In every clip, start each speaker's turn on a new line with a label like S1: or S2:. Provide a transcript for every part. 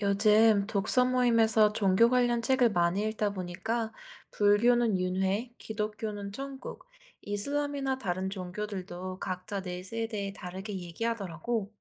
S1: 요즘 독서 모임에서 종교 관련 책을 많이 읽다 보니까 불교는 윤회, 기독교는 천국, 이슬람이나 다른 종교들도 각자 내세에 대해 다르게 얘기하더라고.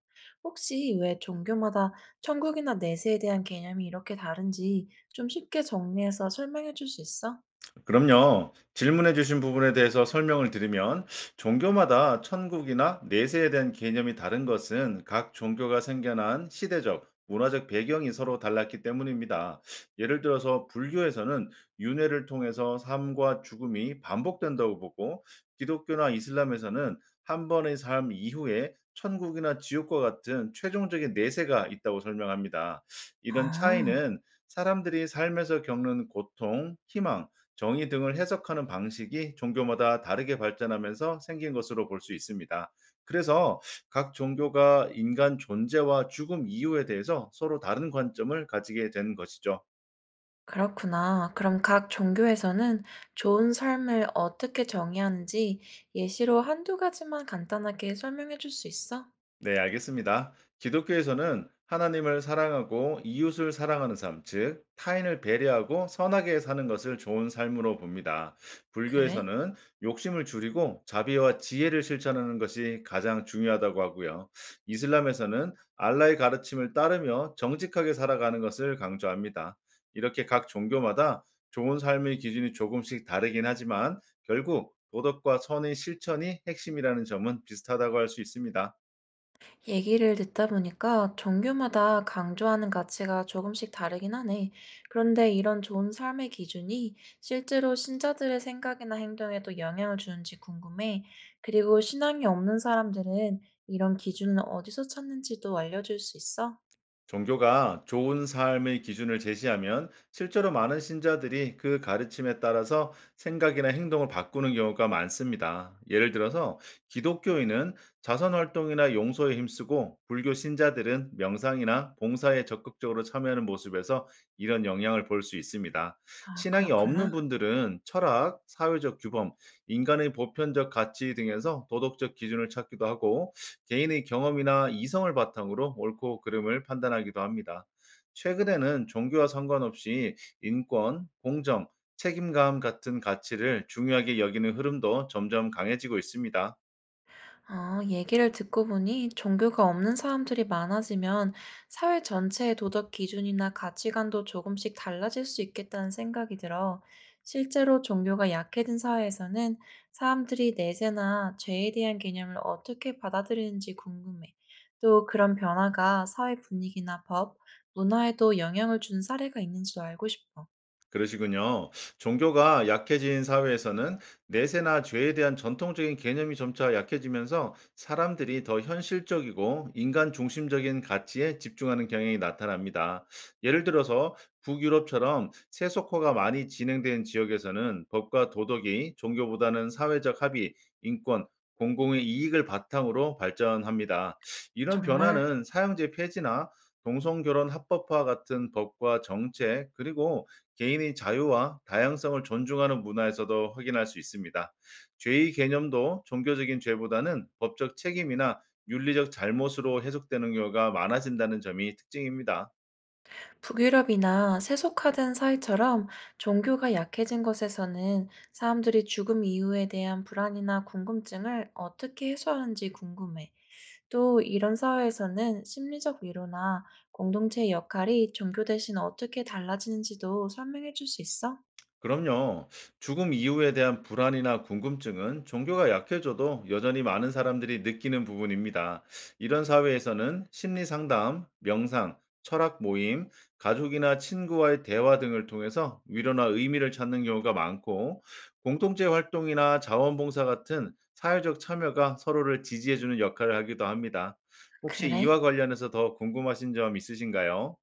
S1: 혹시 왜 종교마다 천국이나 내세에 대한 개념이 이렇게 다른지 좀 쉽게 정리해서 설명해 줄 수 있어?
S2: 그럼요. 질문해 주신 부분에 대해서 설명을 드리면 종교마다 천국이나 내세에 대한 개념이 다른 것은 각 종교가 생겨난 시대적, 문화적 배경이 서로 달랐기 때문입니다. 예를 들어서 불교에서는 윤회를 통해서 삶과 죽음이 반복된다고 보고 기독교나 이슬람에서는 한 번의 삶 이후에 천국이나 지옥과 같은 최종적인 내세가 있다고 설명합니다. 이런
S1: 아,
S2: 차이는 사람들이 삶에서 겪는 고통, 희망, 정의 등을 해석하는 방식이 종교마다 다르게 발전하면서 생긴 것으로 볼 수 있습니다. 그래서 각 종교가 인간 존재와 죽음 이유에 대해서 서로 다른 관점을 가지게 된 것이죠.
S1: 그렇구나. 그럼 각 종교에서는 좋은 삶을 어떻게 정의하는지 예시로 한두 가지만 간단하게 설명해 줄 수 있어?
S2: 네, 알겠습니다. 기독교에서는 하나님을 사랑하고 이웃을 사랑하는 삶, 즉 타인을 배려하고 선하게 사는 것을 좋은 삶으로 봅니다.
S1: 그래?
S2: 불교에서는 욕심을 줄이고 자비와 지혜를 실천하는 것이 가장 중요하다고 하고요. 이슬람에서는 알라의 가르침을 따르며 정직하게 살아가는 것을 강조합니다. 이렇게 각 종교마다 좋은 삶의 기준이 조금씩 다르긴 하지만 결국 도덕과 선의 실천이 핵심이라는 점은 비슷하다고 할 수 있습니다.
S1: 얘기를 듣다 보니까 종교마다 강조하는 가치가 조금씩 다르긴 하네. 그런데 이런 좋은 삶의 기준이 실제로 신자들의 생각이나 행동에도 영향을 주는지 궁금해. 그리고 신앙이 없는 사람들은 이런 기준을 어디서 찾는지도 알려줄 수 있어?
S2: 종교가 좋은 삶의 기준을 제시하면 실제로 많은 신자들이 그 가르침에 따라서 생각이나 행동을 바꾸는 경우가 많습니다. 예를 들어서 기독교인은 자선 활동이나 용서에 힘쓰고 불교 신자들은 명상이나 봉사에 적극적으로 참여하는 모습에서 이런 영향을 볼 수 있습니다.
S1: 아,
S2: 신앙이
S1: 그렇구나.
S2: 없는 분들은 철학, 사회적 규범, 인간의 보편적 가치 등에서 도덕적 기준을 찾기도 하고 개인의 경험이나 이성을 바탕으로 옳고 그름을 판단하기도 합니다. 최근에는 종교와 상관없이 인권, 공정, 책임감 같은 가치를 중요하게 여기는 흐름도 점점 강해지고 있습니다.
S1: 아, 얘기를 듣고 보니 종교가 없는 사람들이 많아지면 사회 전체의 도덕 기준이나 가치관도 조금씩 달라질 수 있겠다는 생각이 들어. 실제로 종교가 약해진 사회에서는 사람들이 내세나 죄에 대한 개념을 어떻게 받아들이는지 궁금해. 또 그런 변화가 사회 분위기나 법, 문화에도 영향을 준 사례가 있는지도 알고 싶어.
S2: 그러시군요. 종교가 약해진 사회에서는 내세나 죄에 대한 전통적인 개념이 점차 약해지면서 사람들이 더 현실적이고 인간 중심적인 가치에 집중하는 경향이 나타납니다. 예를 들어서 북유럽처럼 세속화가 많이 진행된 지역에서는 법과 도덕이 종교보다는 사회적 합의, 인권, 공공의 이익을 바탕으로 발전합니다. 이런
S1: 정말
S2: 변화는 사형제 폐지나 동성결혼 합법화 같은 법과 정책, 그리고 개인의 자유와 다양성을 존중하는 문화에서도 확인할 수 있습니다. 죄의 개념도 종교적인 죄보다는 법적 책임이나 윤리적 잘못으로 해석되는 경우가 많아진다는 점이 특징입니다.
S1: 북유럽이나 세속화된 사회처럼 종교가 약해진 곳에서는 사람들이 죽음 이후에 대한 불안이나 궁금증을 어떻게 해소하는지 궁금해. 또 이런 사회에서는 심리적 위로나 공동체의 역할이 종교 대신 어떻게 달라지는지도 설명해 줄 수 있어?
S2: 그럼요. 죽음 이후에 대한 불안이나 궁금증은 종교가 약해져도 여전히 많은 사람들이 느끼는 부분입니다. 이런 사회에서는 심리 상담, 명상, 철학 모임, 가족이나 친구와의 대화 등을 통해서 위로나 의미를 찾는 경우가 많고, 공동체 활동이나 자원봉사 같은 사회적 참여가 서로를 지지해주는 역할을 하기도 합니다. 혹시
S1: 그래?
S2: 이와 관련해서 더 궁금하신 점 있으신가요?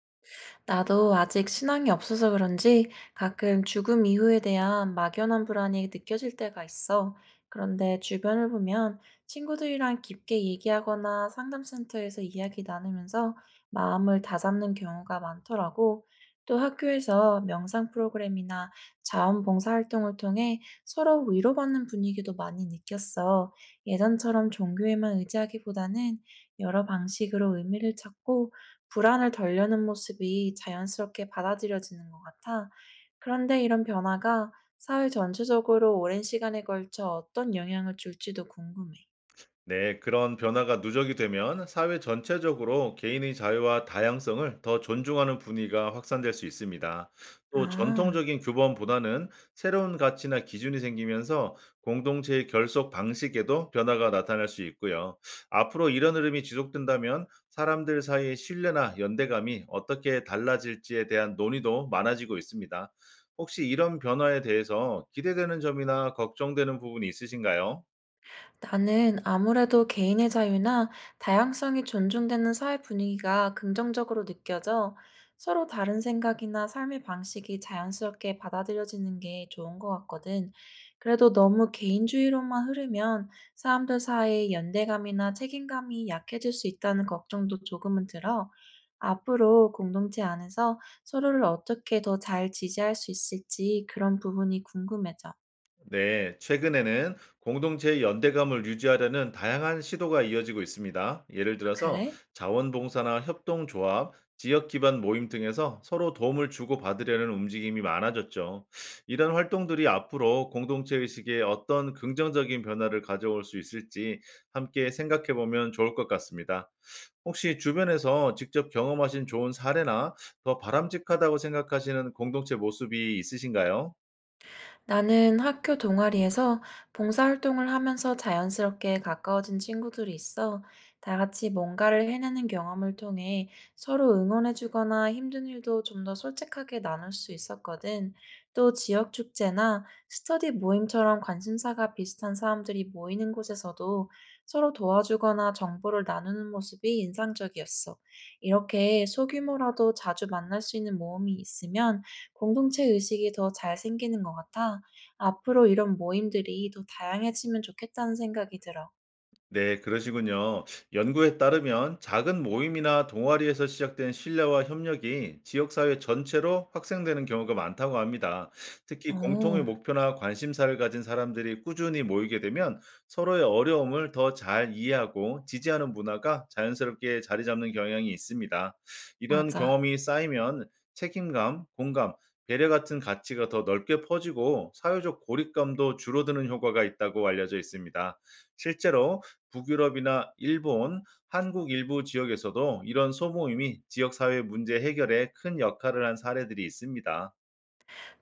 S1: 나도 아직 신앙이 없어서 그런지 가끔 죽음 이후에 대한 막연한 불안이 느껴질 때가 있어. 그런데 주변을 보면 친구들이랑 깊게 얘기하거나 상담센터에서 이야기 나누면서 마음을 다잡는 경우가 많더라고. 또 학교에서 명상 프로그램이나 자원봉사 활동을 통해 서로 위로받는 분위기도 많이 느꼈어. 예전처럼 종교에만 의지하기보다는 여러 방식으로 의미를 찾고 불안을 덜려는 모습이 자연스럽게 받아들여지는 것 같아. 그런데 이런 변화가 사회 전체적으로 오랜 시간에 걸쳐 어떤 영향을 줄지도 궁금해.
S2: 네, 그런 변화가 누적이 되면 사회 전체적으로 개인의 자유와 다양성을 더 존중하는 분위기가 확산될 수 있습니다. 또
S1: 아.
S2: 전통적인 규범보다는 새로운 가치나 기준이 생기면서 공동체의 결속 방식에도 변화가 나타날 수 있고요. 앞으로 이런 흐름이 지속된다면 사람들 사이의 신뢰나 연대감이 어떻게 달라질지에 대한 논의도 많아지고 있습니다. 혹시 이런 변화에 대해서 기대되는 점이나 걱정되는 부분이 있으신가요?
S1: 나는 아무래도 개인의 자유나 다양성이 존중되는 사회 분위기가 긍정적으로 느껴져, 서로 다른 생각이나 삶의 방식이 자연스럽게 받아들여지는 게 좋은 것 같거든. 그래도 너무 개인주의로만 흐르면 사람들 사이의 연대감이나 책임감이 약해질 수 있다는 걱정도 조금은 들어. 앞으로 공동체 안에서 서로를 어떻게 더 잘 지지할 수 있을지 그런 부분이 궁금해져.
S2: 네, 최근에는 공동체의 연대감을 유지하려는 다양한 시도가 이어지고 있습니다. 예를
S1: 아,
S2: 들어서
S1: 그래?
S2: 자원봉사나 협동조합, 지역 기반 모임 등에서 서로 도움을 주고받으려는 움직임이 많아졌죠. 이런 활동들이 앞으로 공동체 의식에 어떤 긍정적인 변화를 가져올 수 있을지 함께 생각해 보면 좋을 것 같습니다. 혹시 주변에서 직접 경험하신 좋은 사례나 더 바람직하다고 생각하시는 공동체 모습이 있으신가요?
S1: 나는 학교 동아리에서 봉사활동을 하면서 자연스럽게 가까워진 친구들이 있어. 다 같이 뭔가를 해내는 경험을 통해 서로 응원해주거나 힘든 일도 좀 더 솔직하게 나눌 수 있었거든. 또 지역 축제나 스터디 모임처럼 관심사가 비슷한 사람들이 모이는 곳에서도 서로 도와주거나 정보를 나누는 모습이 인상적이었어. 이렇게 소규모라도 자주 만날 수 있는 모험이 있으면 공동체 의식이 더 잘 생기는 것 같아. 앞으로 이런 모임들이 더 다양해지면 좋겠다는 생각이 들어.
S2: 네, 그러시군요. 연구에 따르면 작은 모임이나 동아리에서 시작된 신뢰와 협력이 지역사회 전체로 확산되는 경우가 많다고 합니다. 특히
S1: 어,
S2: 공통의 목표나 관심사를 가진 사람들이 꾸준히 모이게 되면 서로의 어려움을 더 잘 이해하고 지지하는 문화가 자연스럽게 자리 잡는 경향이 있습니다. 이런
S1: 맞아.
S2: 경험이 쌓이면 책임감, 공감, 배려 같은 가치가 더 넓게 퍼지고 사회적 고립감도 줄어드는 효과가 있다고 알려져 있습니다. 실제로 북유럽이나 일본, 한국 일부 지역에서도 이런 소모임이 지역사회 문제 해결에 큰 역할을 한 사례들이 있습니다.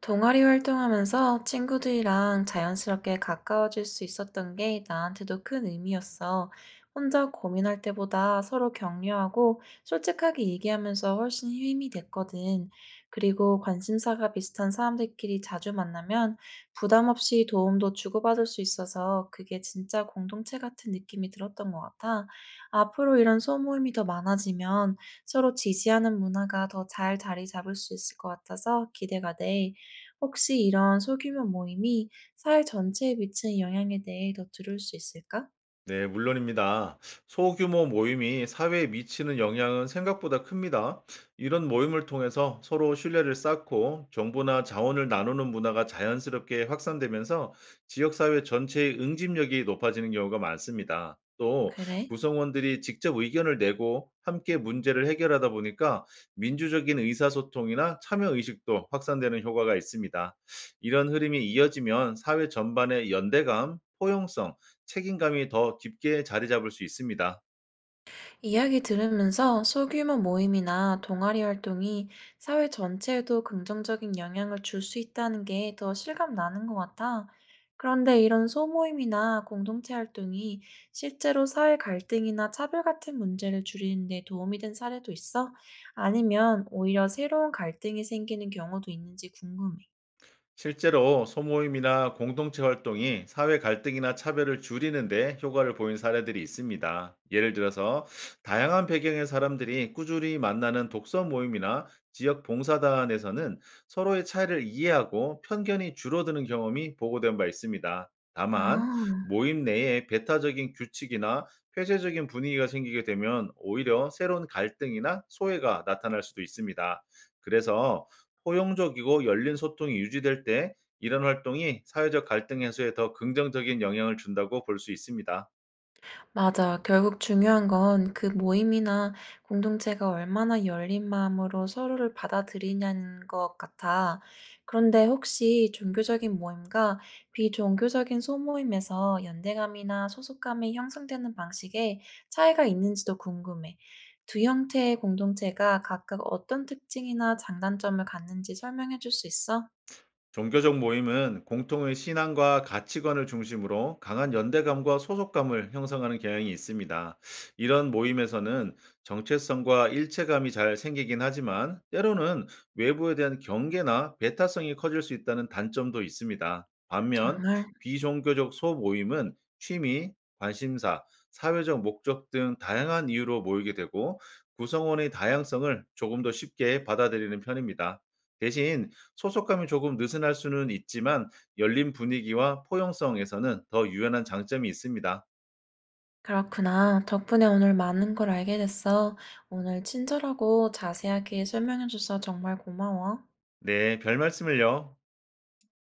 S1: 동아리 활동하면서 친구들이랑 자연스럽게 가까워질 수 있었던 게 나한테도 큰 의미였어. 혼자 고민할 때보다 서로 격려하고 솔직하게 얘기하면서 훨씬 힘이 됐거든. 그리고 관심사가 비슷한 사람들끼리 자주 만나면 부담 없이 도움도 주고받을 수 있어서 그게 진짜 공동체 같은 느낌이 들었던 것 같아. 앞으로 이런 소모임이 더 많아지면 서로 지지하는 문화가 더 잘 자리 잡을 수 있을 것 같아서 기대가 돼. 혹시 이런 소규모 모임이 사회 전체에 미치는 영향에 대해 더 들을 수 있을까?
S2: 네, 물론입니다. 소규모 모임이 사회에 미치는 영향은 생각보다 큽니다. 이런 모임을 통해서 서로 신뢰를 쌓고 정보나 자원을 나누는 문화가 자연스럽게 확산되면서 지역사회 전체의 응집력이 높아지는 경우가 많습니다. 또
S1: 그래?
S2: 구성원들이 직접 의견을 내고 함께 문제를 해결하다 보니까 민주적인 의사소통이나 참여 의식도 확산되는 효과가 있습니다. 이런 흐름이 이어지면 사회 전반의 연대감, 포용성, 책임감이 더 깊게 자리 잡을 수 있습니다.
S1: 이야기 들으면서 소규모 모임이나 동아리 활동이 사회 전체에도 긍정적인 영향을 줄 수 있다는 게 더 실감 나는 것 같아. 그런데 이런 소모임이나 공동체 활동이 실제로 사회 갈등이나 차별 같은 문제를 줄이는 데 도움이 된 사례도 있어? 아니면 오히려 새로운 갈등이 생기는 경우도 있는지 궁금해.
S2: 실제로 소모임이나 공동체 활동이 사회 갈등이나 차별을 줄이는데 효과를 보인 사례들이 있습니다. 예를 들어서 다양한 배경의 사람들이 꾸준히 만나는 독서 모임이나 지역 봉사단에서는 서로의 차이를 이해하고 편견이 줄어드는 경험이 보고된 바 있습니다. 다만
S1: 아.
S2: 모임 내에 배타적인 규칙이나 폐쇄적인 분위기가 생기게 되면 오히려 새로운 갈등이나 소외가 나타날 수도 있습니다. 그래서 포용적이고 열린 소통이 유지될 때 이런 활동이 사회적 갈등 해소에 더 긍정적인 영향을 준다고 볼 수 있습니다.
S1: 맞아. 결국 중요한 건 그 모임이나 공동체가 얼마나 열린 마음으로 서로를 받아들이냐는 것 같아. 그런데 혹시 종교적인 모임과 비종교적인 소모임에서 연대감이나 소속감이 형성되는 방식에 차이가 있는지도 궁금해. 두 형태의 공동체가 각각 어떤 특징이나 장단점을 갖는지 설명해 줄 수 있어?
S2: 종교적 모임은 공통의 신앙과 가치관을 중심으로 강한 연대감과 소속감을 형성하는 경향이 있습니다. 이런 모임에서는 정체성과 일체감이 잘 생기긴 하지만 때로는 외부에 대한 경계나 배타성이 커질 수 있다는 단점도 있습니다. 반면
S1: 정말?
S2: 비종교적 소모임은 취미, 관심사, 사회적 목적 등 다양한 이유로 모이게 되고 구성원의 다양성을 조금 더 쉽게 받아들이는 편입니다. 대신 소속감이 조금 느슨할 수는 있지만 열린 분위기와 포용성에서는 더 유연한 장점이 있습니다.
S1: 그렇구나. 덕분에 오늘 많은 걸 알게 됐어. 오늘 친절하고 자세하게 설명해줘서 정말 고마워.
S2: 네, 별 말씀을요.